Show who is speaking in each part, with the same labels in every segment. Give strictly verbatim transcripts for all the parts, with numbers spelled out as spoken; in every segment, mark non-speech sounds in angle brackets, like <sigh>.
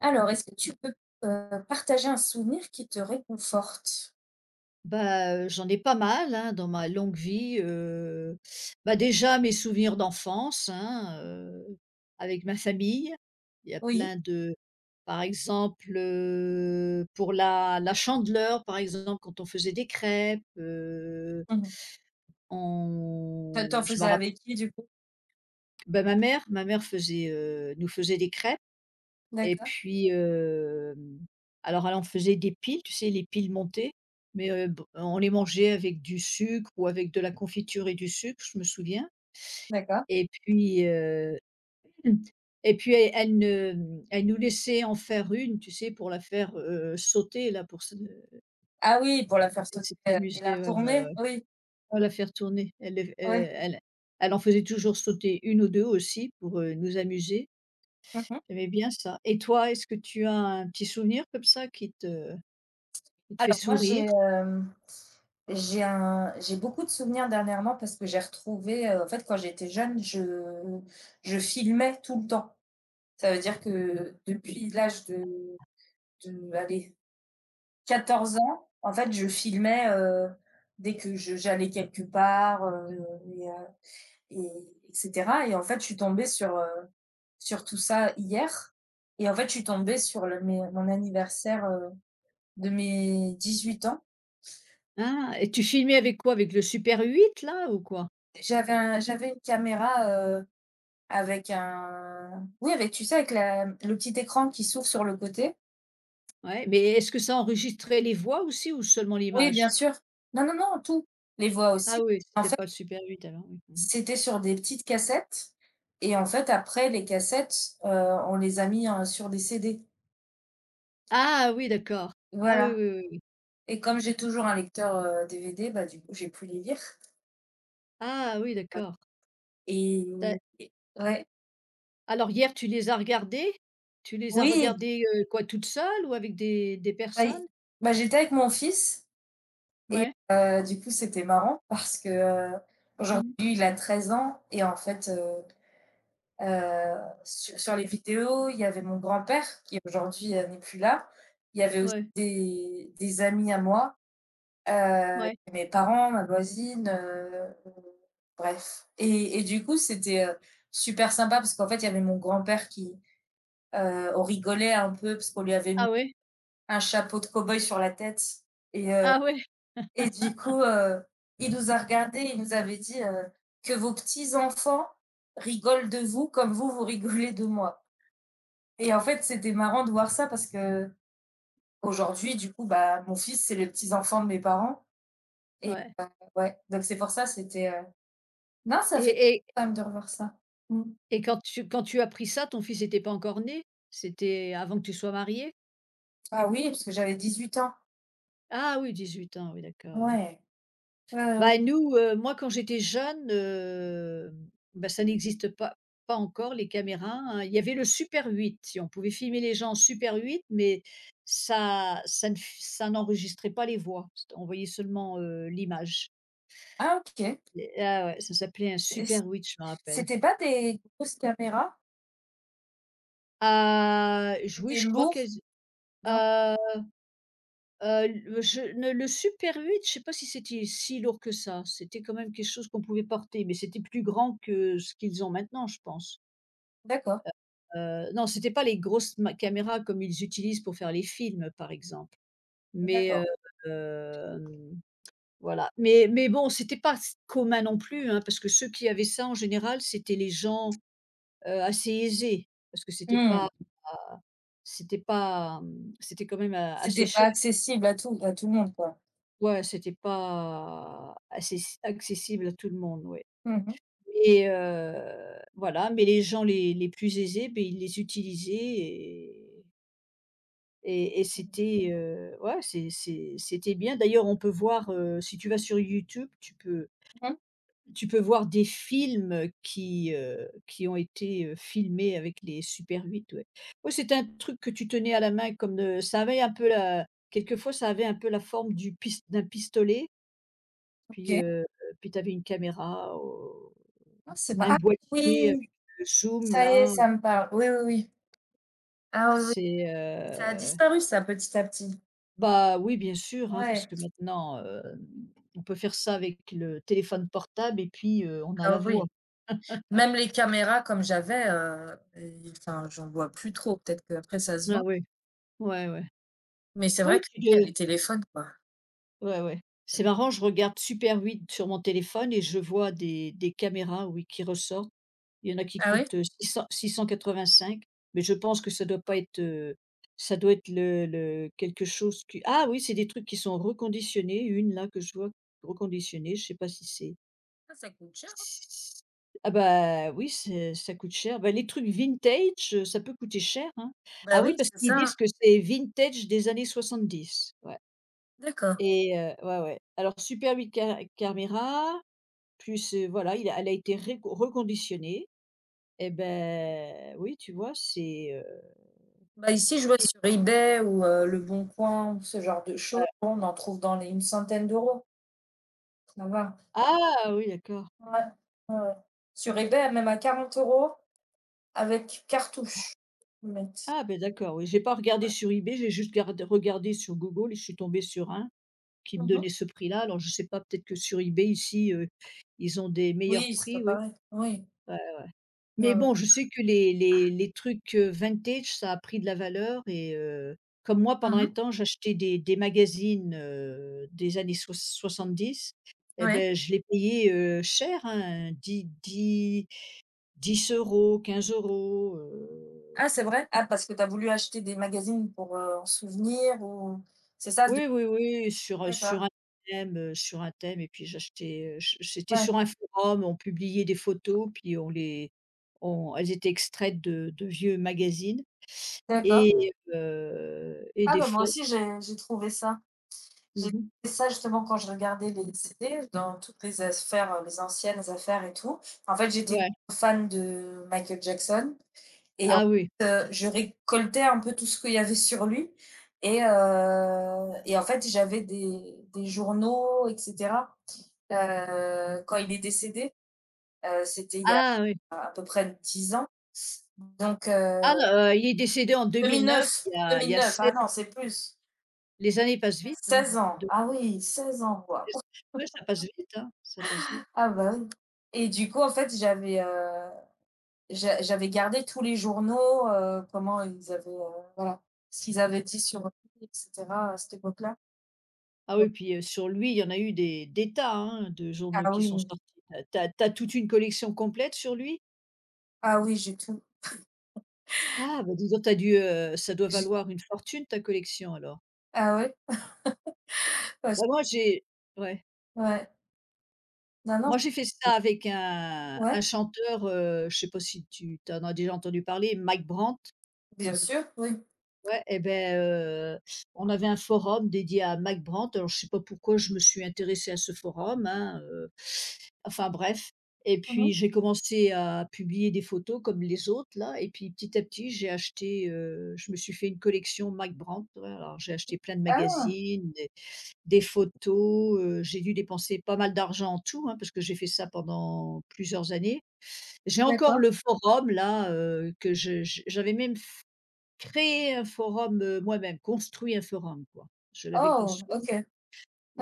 Speaker 1: Alors, est-ce que tu peux, heu, partager un souvenir qui te réconforte?
Speaker 2: Bah, heu, j'en ai pas mal, hein, dans ma longue vie, heu, bah, déjà mes souvenirs d'enfance, hein, heu, avec ma famille. Il y a
Speaker 1: Oui.
Speaker 2: plein de Par exemple, heu, pour la la Chandeleur, par exemple, quand on faisait des crêpes, heu,
Speaker 1: Mmh t'en
Speaker 2: on
Speaker 1: Tu
Speaker 2: je me
Speaker 1: faisais
Speaker 2: rapp
Speaker 1: avec qui du coup?
Speaker 2: bah, ma mère ma mère faisait, heu, nous faisait des crêpes. Et
Speaker 1: D'accord,
Speaker 2: puis, hem, alors elle en faisait des piles, tu sais les piles montées, mais, heu, b on les mangeait avec du sucre ou avec de la confiture et du sucre, je me souviens.
Speaker 1: d'accord.
Speaker 2: Et puis, heu, <clears throat> et puis elle elle ne mmh, elle nous laissait en faire une, tu sais, pour la faire, heu, sauter là pour se
Speaker 1: Ah oui, pour la faire
Speaker 2: c'était
Speaker 1: sauter,
Speaker 2: c'était
Speaker 1: heu et la
Speaker 2: amusé, ouais, ouais,
Speaker 1: retourner?
Speaker 2: ouais.
Speaker 1: Oui.
Speaker 2: Ouais, la faire tourner. Elle le f
Speaker 1: Oui.
Speaker 2: elle elle en faisait toujours sauter une ou deux aussi pour, heu, nous amuser.
Speaker 1: Mmh
Speaker 2: J'aimais bien ça. Et toi, est-ce que tu as un petit souvenir comme ça qui te il te fait
Speaker 1: Alors moi,
Speaker 2: sourire?
Speaker 1: j'ai, hem, j'ai un j'ai beaucoup de souvenirs dernièrement parce que j'ai retrouvé, heu, en fait, quand j'étais jeune, je je filmais tout le temps. Ça veut dire que depuis l'âge de de allez quatorze ans, en fait, je filmais euh, dès que je- j'allais quelque part, euh, et, euh, et- etc. Et en fait, je suis tombée sur, euh, sur tout ça hier. Et en fait, je suis tombée sur le- mes- mon anniversaire euh, de mes dix-huit ans.
Speaker 2: Ah! Et tu filmais avec quoi? Avec le super huit là ou quoi?
Speaker 1: J'avais un- j'avais une caméra euh, avec un... Oui, avec, tu sais, avec la- le petit écran qui s'ouvre sur le côté.
Speaker 2: Ouais, mais est-ce que ça enregistrait les voix aussi ou seulement
Speaker 1: Oui, bien
Speaker 2: l'image?
Speaker 1: sûr. Non, non, non, tout. Les voix
Speaker 2: Ah
Speaker 1: aussi.
Speaker 2: oui,
Speaker 1: En
Speaker 2: c'était
Speaker 1: fait,
Speaker 2: pas le super huit alors, oui. Mmh.
Speaker 1: c'était sur des petites cassettes et en fait après les cassettes, heu, on les a mis, heu, sur des C D.
Speaker 2: Ah oui, d'accord. Ah oui,
Speaker 1: Voilà
Speaker 2: oui, oui, oui.
Speaker 1: et comme j'ai toujours un lecteur, heu, D V D, bah, du coup, j'ai pu les lire
Speaker 2: Ah oui, d'accord.
Speaker 1: et
Speaker 2: Tu
Speaker 1: et ouais.
Speaker 2: Alors hier, Tu les as regardés Tu les as
Speaker 1: Oui,
Speaker 2: regardés heu, quoi, toute seule ou avec des des
Speaker 1: bah, i
Speaker 2: personnes?
Speaker 1: bah, j'étais avec mon fils et
Speaker 2: Ouais.
Speaker 1: heu, du coup, c'était marrant parce que, heu, aujourd'hui,
Speaker 2: Mmh.
Speaker 1: il a treize ans et en fait, heu heu, su sur les vidéos, il y avait mon grand-père qui aujourd'hui, heu, n'est plus là. Il y avait aussi
Speaker 2: Ouais,
Speaker 1: des des amis à moi. Heu,
Speaker 2: ouais.
Speaker 1: mes parents, ma voisine, heu, bref et et du coup, c'était, heu, super sympa parce qu'en fait, il y avait mon grand-père qui, heu on rigolait un peu parce qu'on lui avait
Speaker 2: Ah
Speaker 1: mis
Speaker 2: ouais?
Speaker 1: un chapeau de cow-boy sur la tête et heu
Speaker 2: Ah ouais?
Speaker 1: et du coup, heu, il nous a regardés, il nous avait dit, heu: «Que vos petits-enfants rigolent de vous comme vous, vous rigolez de moi» et en fait, c'était marrant de voir ça parce qu'aujourd'hui, du coup, bah, mon fils, c'est les petits-enfants de mes parents et
Speaker 2: Ouais.
Speaker 1: ouais, donc c'est pour ça, c'était, heu non, ça fait
Speaker 2: Et et
Speaker 1: quand même de revoir ça. Mmh.
Speaker 2: et quand tu quand tu as pris ça, ton fils n'était pas encore né? C'était avant que tu sois mariée?
Speaker 1: Ah oui, parce que j'avais dix huit ans.
Speaker 2: Ah oui, dix-huit ans, oui, d'accord, oui.
Speaker 1: Ouais. Ouais, ouais, ouais.
Speaker 2: Bah, nous, heu, moi, quand j'étais jeune, heu, bah, ça n'existe pas pas encore les caméras, hein. Il y avait le super huit, si on pouvait filmer les gens en super huit, mais ça ça ne f ça n'enregistrait pas les voix. On voyait seulement, heu, l'image.
Speaker 1: Ah OK.
Speaker 2: Et ah ouais, ça s'appelait un
Speaker 1: C'est c
Speaker 2: super huit, je me rappelle.
Speaker 1: C'était pas des grosses caméras?
Speaker 2: Ah, j oui,
Speaker 1: C'était
Speaker 2: je crois qu'elles,
Speaker 1: lourd? Non?
Speaker 2: euh, Heu, le je ne le Super huit, je sais pas si c'était si lourd que ça. C'était quand même quelque chose qu'on pouvait porter, mais c'était plus grand que ce qu'ils ont maintenant, je pense.
Speaker 1: D'accord,
Speaker 2: Heu, non, c'était pas les grosses ma caméras comme ils utilisent pour faire les films, par exemple. Mais, heu,
Speaker 1: d'accord.
Speaker 2: hem, voilà. Mais mais bon, c'était pas s commun non plus, hein, parce que ceux qui avaient ça, en général, c'était les gens, heu, assez aisés, parce que c'était
Speaker 1: Mmh.
Speaker 2: pas c'était pas, mmh, c'était quand même, heu, assez
Speaker 1: C'était pas
Speaker 2: cher.
Speaker 1: accessible à tout à tout le monde, quoi.
Speaker 2: Ouais, c'était pas assez, si, accessible à tout le monde, ouais.
Speaker 1: Mmh mh.
Speaker 2: Et heu, voilà, mais les gens les les plus aisés, ben ils les utilisaient et et et
Speaker 1: Mmh.
Speaker 2: c'était, heu, ouais, c'est c'est c'était bien. D'ailleurs, on peut voir, heu, si tu vas sur YouTube, tu peux
Speaker 1: Mmh.
Speaker 2: tu peux voir des films qui, heu, qui ont été, heu, filmés avec les super huit, ouais. Ouais, c'était un truc que tu tenais à la main comme, de. Ça avait un peu la quelquefois, ça avait un peu la forme du pis d'un pistolet. Puis,
Speaker 1: OK.
Speaker 2: heu, puis tu avais une caméra, au
Speaker 1: Ah c'est ma
Speaker 2: un
Speaker 1: Ah
Speaker 2: boîtier
Speaker 1: oui!
Speaker 2: avec le zoom
Speaker 1: Ça y est,
Speaker 2: là.
Speaker 1: ça me parle. Oui, oui, oui. Ah oui, oui.
Speaker 2: c'est,
Speaker 1: Ça a
Speaker 2: heu
Speaker 1: disparu ça, petit à petit.
Speaker 2: Bah, oui bien sûr, hein, parce
Speaker 1: Ouais.
Speaker 2: que maintenant, heu, on peut faire ça avec le téléphone portable et puis, heu, on a la
Speaker 1: Ah
Speaker 2: voix.
Speaker 1: oui. Même les caméras comme j'avais, heu, et enfin, j'en vois plus trop. Peut-être qu'après ça se
Speaker 2: Ah
Speaker 1: vend.
Speaker 2: oui, ouais, ouais.
Speaker 1: Mais c'est
Speaker 2: Ouais,
Speaker 1: vrai
Speaker 2: tu
Speaker 1: qu'il y a les téléphones, quoi.
Speaker 2: Ouais, ouais. C'est marrant, je regarde Super Huit sur mon téléphone et je vois des des caméras, oui, qui ressortent. Il y en a qui
Speaker 1: Ah ouais?
Speaker 2: coûtent, euh, six cents six cent quatre-vingt-cinq, mais je pense que ça doit pas être, heu, ça doit être le le quelque chose qui ah oui, c'est des trucs qui sont reconditionnés, une là que je vois reconditionnée, je sais pas si c'est
Speaker 1: Ah ça coûte cher, hein?
Speaker 2: s ah bah, oui, c'est ça coûte cher. Bah, les trucs vintage, heu, ça peut coûter cher, hein. Ah
Speaker 1: Bah oui,
Speaker 2: oui, parce
Speaker 1: c'est
Speaker 2: qu'ils
Speaker 1: ça, hein.
Speaker 2: disent que c'est vintage des années soixante-dix. Ouais.
Speaker 1: D'accord.
Speaker 2: Et heu, ouais, ouais. Alors super huit ca caméras, plus, heu, voilà, il a elle a été réco reconditionnée, et ben oui, tu vois, c'est, heu,
Speaker 1: Bah ici, je vois
Speaker 2: c'est
Speaker 1: sur eBay ou heu, Leboncoin ou ce genre de choses, bon, on en trouve dans les une centaine d'euros, ça va.
Speaker 2: ah oui, d'accord.
Speaker 1: Ouais, ouais, ouais. Sur eBay, même à quarante euros avec cartouche, ils mettent.
Speaker 2: Ah ben d'accord, oui, j'ai pas regardé
Speaker 1: Ouais.
Speaker 2: sur eBay, j'ai juste gard regardé sur Google et je suis tombée sur un qui me donnait
Speaker 1: Mmh.
Speaker 2: ce prix-là. Alors je sais pas, peut-être que sur eBay ici, heu, ils ont des meilleurs
Speaker 1: Oui, c'est pas
Speaker 2: prix, oui. Ouais.
Speaker 1: pareil. Oui. Ouais,
Speaker 2: Mais
Speaker 1: ouais.
Speaker 2: bon, je sais que les les les trucs, heu, vintage, ça a pris de la valeur, et heu, comme moi pendant un
Speaker 1: Mmh.
Speaker 2: temps j'achetais des des magazines, heu, des années soix dix, et
Speaker 1: Ouais.
Speaker 2: ben, je les payais, heu, cher, hein, 10- 10- dix euros €, quinze euros €,
Speaker 1: Ah
Speaker 2: heu,
Speaker 1: c'est vrai? Ah parce que tu as voulu acheter des magazines pour, heu, en souvenir ou c'est ça de
Speaker 2: oui, oui, oui, sur, heu,
Speaker 1: d'accord.
Speaker 2: sur un thème, heu, sur un thème, et puis j'achetais, heu, ch c'était
Speaker 1: Ouais,
Speaker 2: sur un forum, on publiait des photos, puis on les on elles étaient extraites de de vieux magazines.
Speaker 1: d'accord.
Speaker 2: Et heu et
Speaker 1: Ah
Speaker 2: des
Speaker 1: bah, moi
Speaker 2: fois.
Speaker 1: aussi j'ai j'ai trouvé ça.
Speaker 2: Mmh
Speaker 1: J'ai
Speaker 2: mh.
Speaker 1: trouvé ça justement quand je regardais les C D, dans toutes les affaires, heu, les anciennes affaires et tout. En fait, j'étais une
Speaker 2: Ouais.
Speaker 1: fan de Michael Jackson et en
Speaker 2: Ah oui,
Speaker 1: fait, heu, je récoltais un peu tout ce qu'il y avait sur lui et heu et en fait, j'avais des des journaux et cetera. Heu, quand il est décédé, heu, c'était il y a
Speaker 2: ah oui.
Speaker 1: à peu près dix ans, donc heu
Speaker 2: Ah non, heu, il est décédé en deux mille neuf,
Speaker 1: deux mille neuf,
Speaker 2: il y a il y a
Speaker 1: deux mille neuf,
Speaker 2: seize.
Speaker 1: ah non, c'est plus,
Speaker 2: Les années passent vite, hein.
Speaker 1: seize ans,
Speaker 2: Donc
Speaker 1: ah oui, seize ans, waouh!
Speaker 2: <unintelligible> ouais, ça passe vite, hein, ça passe vite.
Speaker 1: Ah bah, oui et du coup, en fait, j'avais, heu, j'a j'avais gardé tous les journaux, heu, comment ils avaient, heu, voilà, ce qu'ils avaient dit sur eux et cetera, à cette époque-là.
Speaker 2: Ah
Speaker 1: Ouais.
Speaker 2: oui, puis, heu, sur lui, il y en a eu des des tas, hein, de journaux
Speaker 1: Ah
Speaker 2: qui sont
Speaker 1: oui,
Speaker 2: sortis. Tu as tu as tu as toute une collection complète sur lui?
Speaker 1: ah oui, j'ai tout.
Speaker 2: Ah bah, dis donc, tu as dû, heu, ça doit valoir une fortune, ta collection alors.
Speaker 1: Ah ouais? Parce
Speaker 2: Bah, moi j'ai Ouais.
Speaker 1: Ouais. Non, non,
Speaker 2: Moi, j'ai fait ça avec un un
Speaker 1: ouais,
Speaker 2: chanteur, heu, je sais pas si tu en as déjà entendu parler, Mike Brandt.
Speaker 1: bien sûr, oui.
Speaker 2: Ouais et ben, heu, on avait un forum dédié à Mike Brandt. Alors je sais pas pourquoi je me suis intéressée à ce forum, hein, heu, enfin bref, et puis
Speaker 1: Mmh.
Speaker 2: j'ai commencé à publier des photos comme les autres là, et puis petit à petit j'ai acheté, heu, je me suis fait une collection Mike Brandt, ouais, alors j'ai acheté plein de
Speaker 1: Ah
Speaker 2: magazines, des photos, heu, j'ai dû dépenser pas mal d'argent en tout, hein, parce que j'ai fait ça pendant plusieurs années. J'ai encore
Speaker 1: d'accord.
Speaker 2: le forum là, heu, que je je j'avais même f créé un forum, heu, moi-même, construit un forum quoi. Je l'avais
Speaker 1: Oh,
Speaker 2: construit.
Speaker 1: OK.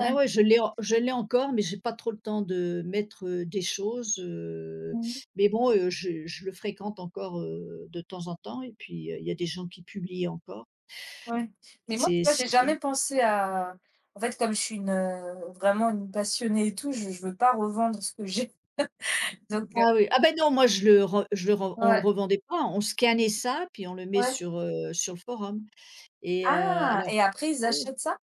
Speaker 2: Ah ouais, je l'ai en je l'ai encore, mais j'ai pas trop le temps de mettre, heu, des choses, heu,
Speaker 1: Mmh.
Speaker 2: mais bon, heu, je je le fréquente encore, heu, de temps en temps, et puis, heu, il y a des gens qui publient encore.
Speaker 1: Ouais, mais moi, tu
Speaker 2: C'est
Speaker 1: vois, j'ai
Speaker 2: c'est bien.
Speaker 1: jamais pensé à en fait, comme je suis une, heu, vraiment une passionnée et tout, je je veux pas revendre ce que j'ai <laughs> donc heu,
Speaker 2: Ah oui, ah ben non, moi je le re je le re on le
Speaker 1: ouais,
Speaker 2: revendait pas, on scannait ça, puis on le met
Speaker 1: ouais.
Speaker 2: sur, heu, sur le forum, et heu,
Speaker 1: Ah!
Speaker 2: alors
Speaker 1: Et après ils
Speaker 2: oh
Speaker 1: achètent ça?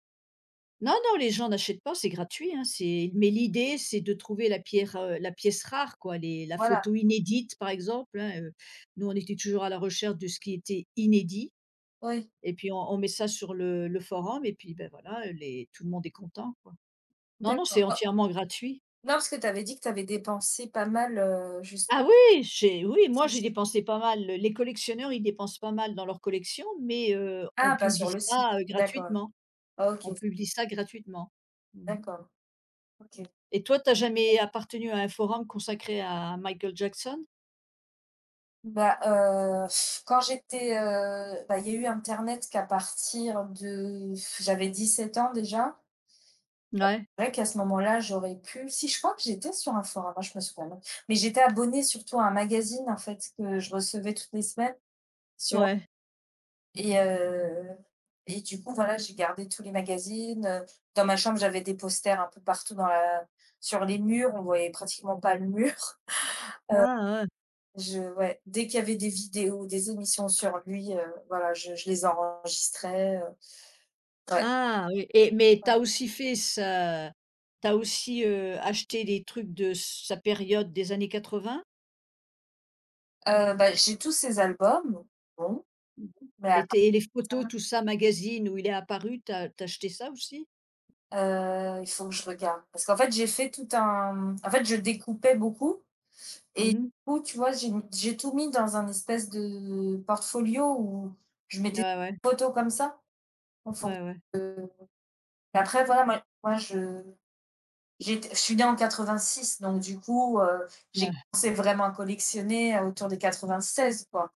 Speaker 2: non, non, les gens n'achètent pas, c'est gratuit, hein, c'est mais l'idée, c'est de trouver la pierre, heu, la pièce rare quoi, les la
Speaker 1: Voilà,
Speaker 2: photo inédite par exemple, hein, heu, nous on était toujours à la recherche de ce qui était inédit,
Speaker 1: oui,
Speaker 2: et puis on on met ça sur le le forum, et puis, ben, voilà, les tout le monde est content quoi. Non, non, c'est
Speaker 1: d'accord. Non,
Speaker 2: entièrement gratuit.
Speaker 1: non, parce que tu avais dit que tu avais dépensé pas mal, heu, justement
Speaker 2: Ah oui, j'ai oui, moi
Speaker 1: c'est
Speaker 2: j'ai
Speaker 1: sur
Speaker 2: dépensé pas mal. Le Les collectionneurs, ils dépensent pas mal dans leur collection, mais heu, on
Speaker 1: ah, pas sur
Speaker 2: publie
Speaker 1: le site,
Speaker 2: ça, heu,
Speaker 1: d'accord.
Speaker 2: gratuitement.
Speaker 1: OK,
Speaker 2: On publie ça gratuitement. Mmh.
Speaker 1: d'accord, OK.
Speaker 2: Et toi, t'as jamais appartenu à un forum consacré à Michael Jackson?
Speaker 1: Bah, heu, quand j'étais, heu, bah, il y a eu internet qu'à partir de j'avais 17 ans déjà.
Speaker 2: Ouais,
Speaker 1: C'est vrai qu'à ce moment-là, j'aurais pu si je crois que j'étais sur un forum, hein, je me souviens, même, mais j'étais abonnée surtout à un magazine en fait que je recevais toutes les semaines sur.
Speaker 2: ouais.
Speaker 1: Et heu et du coup, voilà, j'ai gardé tous les magazines, heu, dans ma chambre, j'avais des posters un peu partout dans la sur les murs, on voyait pratiquement pas le mur.
Speaker 2: Ah ouais.
Speaker 1: <laughs> Je Ouais, dès qu'il y avait des vidéos, des émissions sur lui, heu, voilà, je je les enregistrais, heu, ouais,
Speaker 2: Ah oui, et mais
Speaker 1: ouais.
Speaker 2: t'as aussi fait ça t'as aussi, heu, acheté des trucs de sa période des années quatre-vingt?
Speaker 1: Heu, bah, j'ai tous ses albums, bon,
Speaker 2: Mmh mh.
Speaker 1: mais à
Speaker 2: Et
Speaker 1: part
Speaker 2: tes et les photos, tout ça, magazines où il est apparu, t'as as acheté ça aussi?
Speaker 1: ça, heu, il faut que je regarde parce qu'en fait, j'ai fait tout un en fait, je découpais beaucoup. Et
Speaker 2: Mmh
Speaker 1: du
Speaker 2: mh.
Speaker 1: coup, tu vois, j'ai j'ai tout mis dans un espèce de portfolio où je mettais
Speaker 2: Ouais, ouais.
Speaker 1: des photos comme ça en fonction
Speaker 2: Ouais, ouais.
Speaker 1: de et après voilà, moi moi je j'étais je suis née en quatre-vingt-six donc du coup, heu, j'ai
Speaker 2: Ouais,
Speaker 1: commencé vraiment à collectionner autour des quatre-vingt-seize quoi.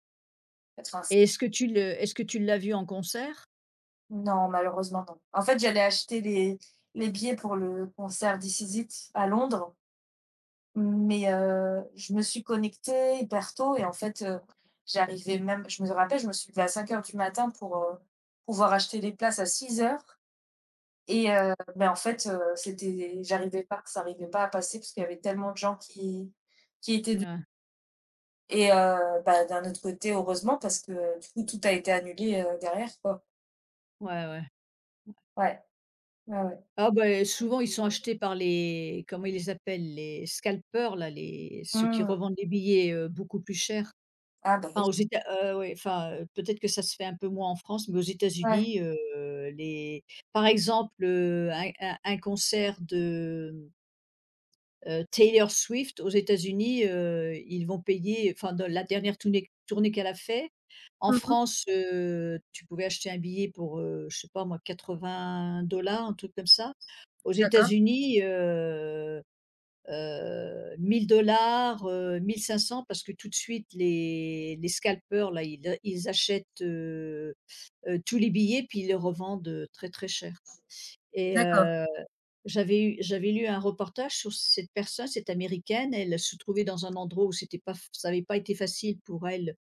Speaker 1: quatre-vingt-seize
Speaker 2: et est-ce que tu le est-ce que tu l'as vu en concert?
Speaker 1: non, malheureusement non. En fait, j'allais acheter les les billets pour le concert d'Ice Is It à Londres. Mais heu, je me suis connectée hyper tôt et en fait, heu, j'arrivais même je me rappelle, je me suis levée à cinq heures du matin pour, heu, pouvoir acheter les places à six heures et heu, ben, en fait, heu, c'était j'arrivais pas, ça arrivait pas à passer parce qu'il y avait tellement de gens qui qui étaient de
Speaker 2: Ouais,
Speaker 1: et heu, bah, d'un autre côté, heureusement parce que du coup, tout a été annulé, heu, derrière quoi.
Speaker 2: ouais, ouais.
Speaker 1: Ouais, ouais, ouais.
Speaker 2: Ah ben
Speaker 1: Ah
Speaker 2: souvent ils sont
Speaker 1: génial.
Speaker 2: achetés par les, comment ils les appellent, les scalpers là, les ceux qui
Speaker 1: Mmh.
Speaker 2: revendent les billets, heu, beaucoup plus chers.
Speaker 1: Ah bah,
Speaker 2: Enfin
Speaker 1: oui,
Speaker 2: aux Éta heu, ouais, enfin, heu, peut-être que ça se fait un peu moins en France, mais aux
Speaker 1: ouais.
Speaker 2: États-Unis, heu, les par exemple, heu, un un un concert de Heu, Taylor Swift aux États-Unis, heu, ils vont payer enfin dans la dernière tournée tournée qu'elle a fait. En
Speaker 1: Mmh,
Speaker 2: France, heu, tu pouvais acheter un billet pour, heu, je sais pas moi quatre-vingts, un truc comme ça. Aux
Speaker 1: d'accord,
Speaker 2: États-Unis, heu heu, mille, heu, mille cinq cents, parce que tout de suite les les scalpers là, ils ils achètent, heu heu, tous les billets puis ils les revendent, heu, très, très cher. Et
Speaker 1: d'accord.
Speaker 2: heu, j'avais eu j'avais lu un reportage sur cette personne, cette américaine, elle se trouvait dans un endroit où c'était pas ça n'avait pas été facile pour elle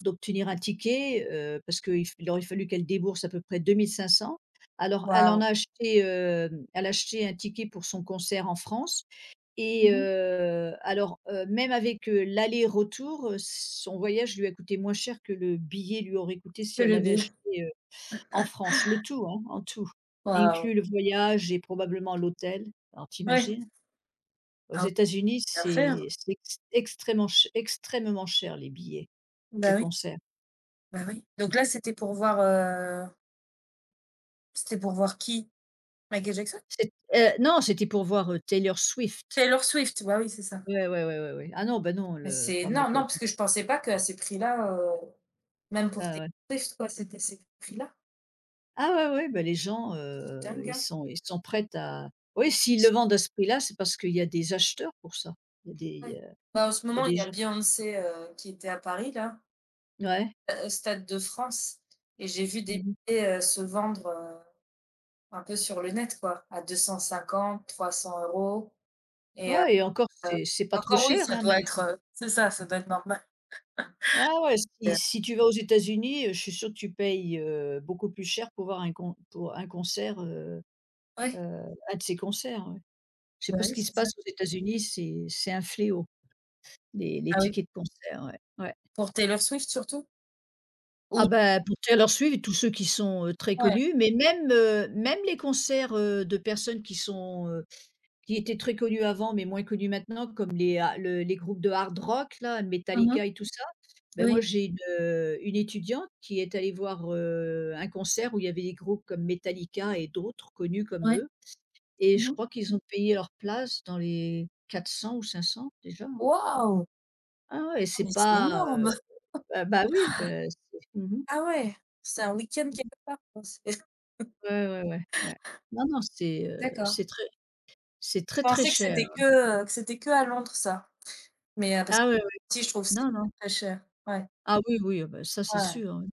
Speaker 2: d'obtenir un ticket, heu, parce qu'il f il aurait fallu qu'elle débourse à peu près deux mille cinq cents. Alors elle en
Speaker 1: Waouh.
Speaker 2: a acheté, hem, elle a acheté un ticket pour son concert en France, et
Speaker 1: Mmh.
Speaker 2: heu, alors, heu, même avec, heu, l'aller-retour, heu, son voyage lui a coûté moins cher que le billet lui aurait coûté si
Speaker 1: Que
Speaker 2: elle
Speaker 1: le
Speaker 2: l'avait
Speaker 1: billet.
Speaker 2: acheté, en France, le tout, hein, en tout,
Speaker 1: Waouh.
Speaker 2: inclus le voyage et probablement l'hôtel. Alors tu
Speaker 1: Ouais.
Speaker 2: Aux
Speaker 1: Ah oui,
Speaker 2: États-Unis,
Speaker 1: bien fait, hein.
Speaker 2: c'est c'est ex extrêmement ch extrêmement cher les billets de
Speaker 1: Bah oui,
Speaker 2: concert.
Speaker 1: bah oui. Donc là, c'était pour voir, heu, c'était pour voir qui? Michael Jackson?
Speaker 2: C'est heu, Non, c'était pour voir, heu, Taylor Swift.
Speaker 1: Taylor Swift, bah oui, c'est ça.
Speaker 2: Ouais, ouais, ouais, ouais, ouais. Ah non, bah non,
Speaker 1: Mais
Speaker 2: le
Speaker 1: c'est
Speaker 2: pas
Speaker 1: énorme, non,
Speaker 2: Michael
Speaker 1: parce que je
Speaker 2: Jackson.
Speaker 1: pensais pas qu'à ces prix-là, heu, même pour
Speaker 2: Ah
Speaker 1: Taylor
Speaker 2: ouais.
Speaker 1: Swift, quoi, c'était ces prix-là.
Speaker 2: Ah ouais, ouais, bah les gens,
Speaker 1: C'est
Speaker 2: heu,
Speaker 1: dingue,
Speaker 2: ils
Speaker 1: hein.
Speaker 2: sont ils sont prêts à oui, s'ils le vendent à
Speaker 1: <unintelligible>
Speaker 2: ce prix-là, c'est parce qu'il y a des acheteurs pour ça. Il y a
Speaker 1: Ouais.
Speaker 2: des, heu,
Speaker 1: Bah, en ce
Speaker 2: il y a
Speaker 1: moment, il
Speaker 2: des
Speaker 1: y a
Speaker 2: gens.
Speaker 1: Beyoncé, heu, qui était à Paris, là,
Speaker 2: Ouais.
Speaker 1: heu, au Stade de France et j'ai vu des
Speaker 2: Mmh.
Speaker 1: billets, heu, se vendre, heu, un peu sur le net, quoi, à deux cent cinquante-trois cents euros et heu,
Speaker 2: Ouais, et encore, c'est c'est pas
Speaker 1: et
Speaker 2: trop
Speaker 1: encore oui,
Speaker 2: cher,
Speaker 1: ça
Speaker 2: hein?
Speaker 1: doit être, heu, c'est ça, ça doit être normal.
Speaker 2: Ah ouais, si
Speaker 1: Heu,
Speaker 2: si tu vas aux États-Unis, heu, je suis sûre que tu payes, heu, beaucoup plus cher pour voir un con pour un concert, heu heu,
Speaker 1: Ouais,
Speaker 2: un de ces concerts, ouais. Je sais pas
Speaker 1: bah
Speaker 2: ce
Speaker 1: oui,
Speaker 2: qui se
Speaker 1: c'est ça.
Speaker 2: passe aux États-Unis, c'est c'est un fléau, les les
Speaker 1: Ah oui,
Speaker 2: tickets de concert, ouais, ouais.
Speaker 1: pour Taylor Swift surtout?
Speaker 2: Ah
Speaker 1: Ou
Speaker 2: bah, pour Taylor Swift, tous ceux qui sont, heu, très
Speaker 1: Ouais.
Speaker 2: connus, mais même, heu, même les concerts, heu, de personnes qui sont, qui étaient très connus avant, mais moins connus maintenant, comme les ha le les groupes de hard rock là,
Speaker 1: Mmh mh.
Speaker 2: Metallica et tout ça. Ben moi
Speaker 1: Oui,
Speaker 2: j'ai une, heu, une étudiante qui est allée voir, heu, un concert où il y avait des groupes comme Metallica et d'autres connus comme
Speaker 1: ouais.
Speaker 2: eux, et je
Speaker 1: Mmh mh.
Speaker 2: crois qu'ils ont payé leur place dans les quatre cents ou cinq cents déjà, hein. Mmh.
Speaker 1: Waouh!
Speaker 2: Ah ouais,
Speaker 1: Ah
Speaker 2: c'est
Speaker 1: mais c'est
Speaker 2: pas, heu
Speaker 1: énorme!
Speaker 2: ah bah oui, beh, c'est mmh
Speaker 1: Ah ouais, c'est un week-end quelque part quoi, c'est
Speaker 2: ouais, ouais, ouais, ouais. Non, non, c'est, heu,
Speaker 1: d'accord.
Speaker 2: c'est très c'est
Speaker 1: Je
Speaker 2: très, très
Speaker 1: pensais que
Speaker 2: cher.
Speaker 1: c'était que, heu, que c'était que à Londres ça, mais heu, parce que
Speaker 2: Ah ouais, ouais.
Speaker 1: si je trouve c'est
Speaker 2: Non, non.
Speaker 1: très, très cher. Ouais,
Speaker 2: Ah oui, oui, ah bah ça c'est
Speaker 1: ouais.
Speaker 2: sûr, oui.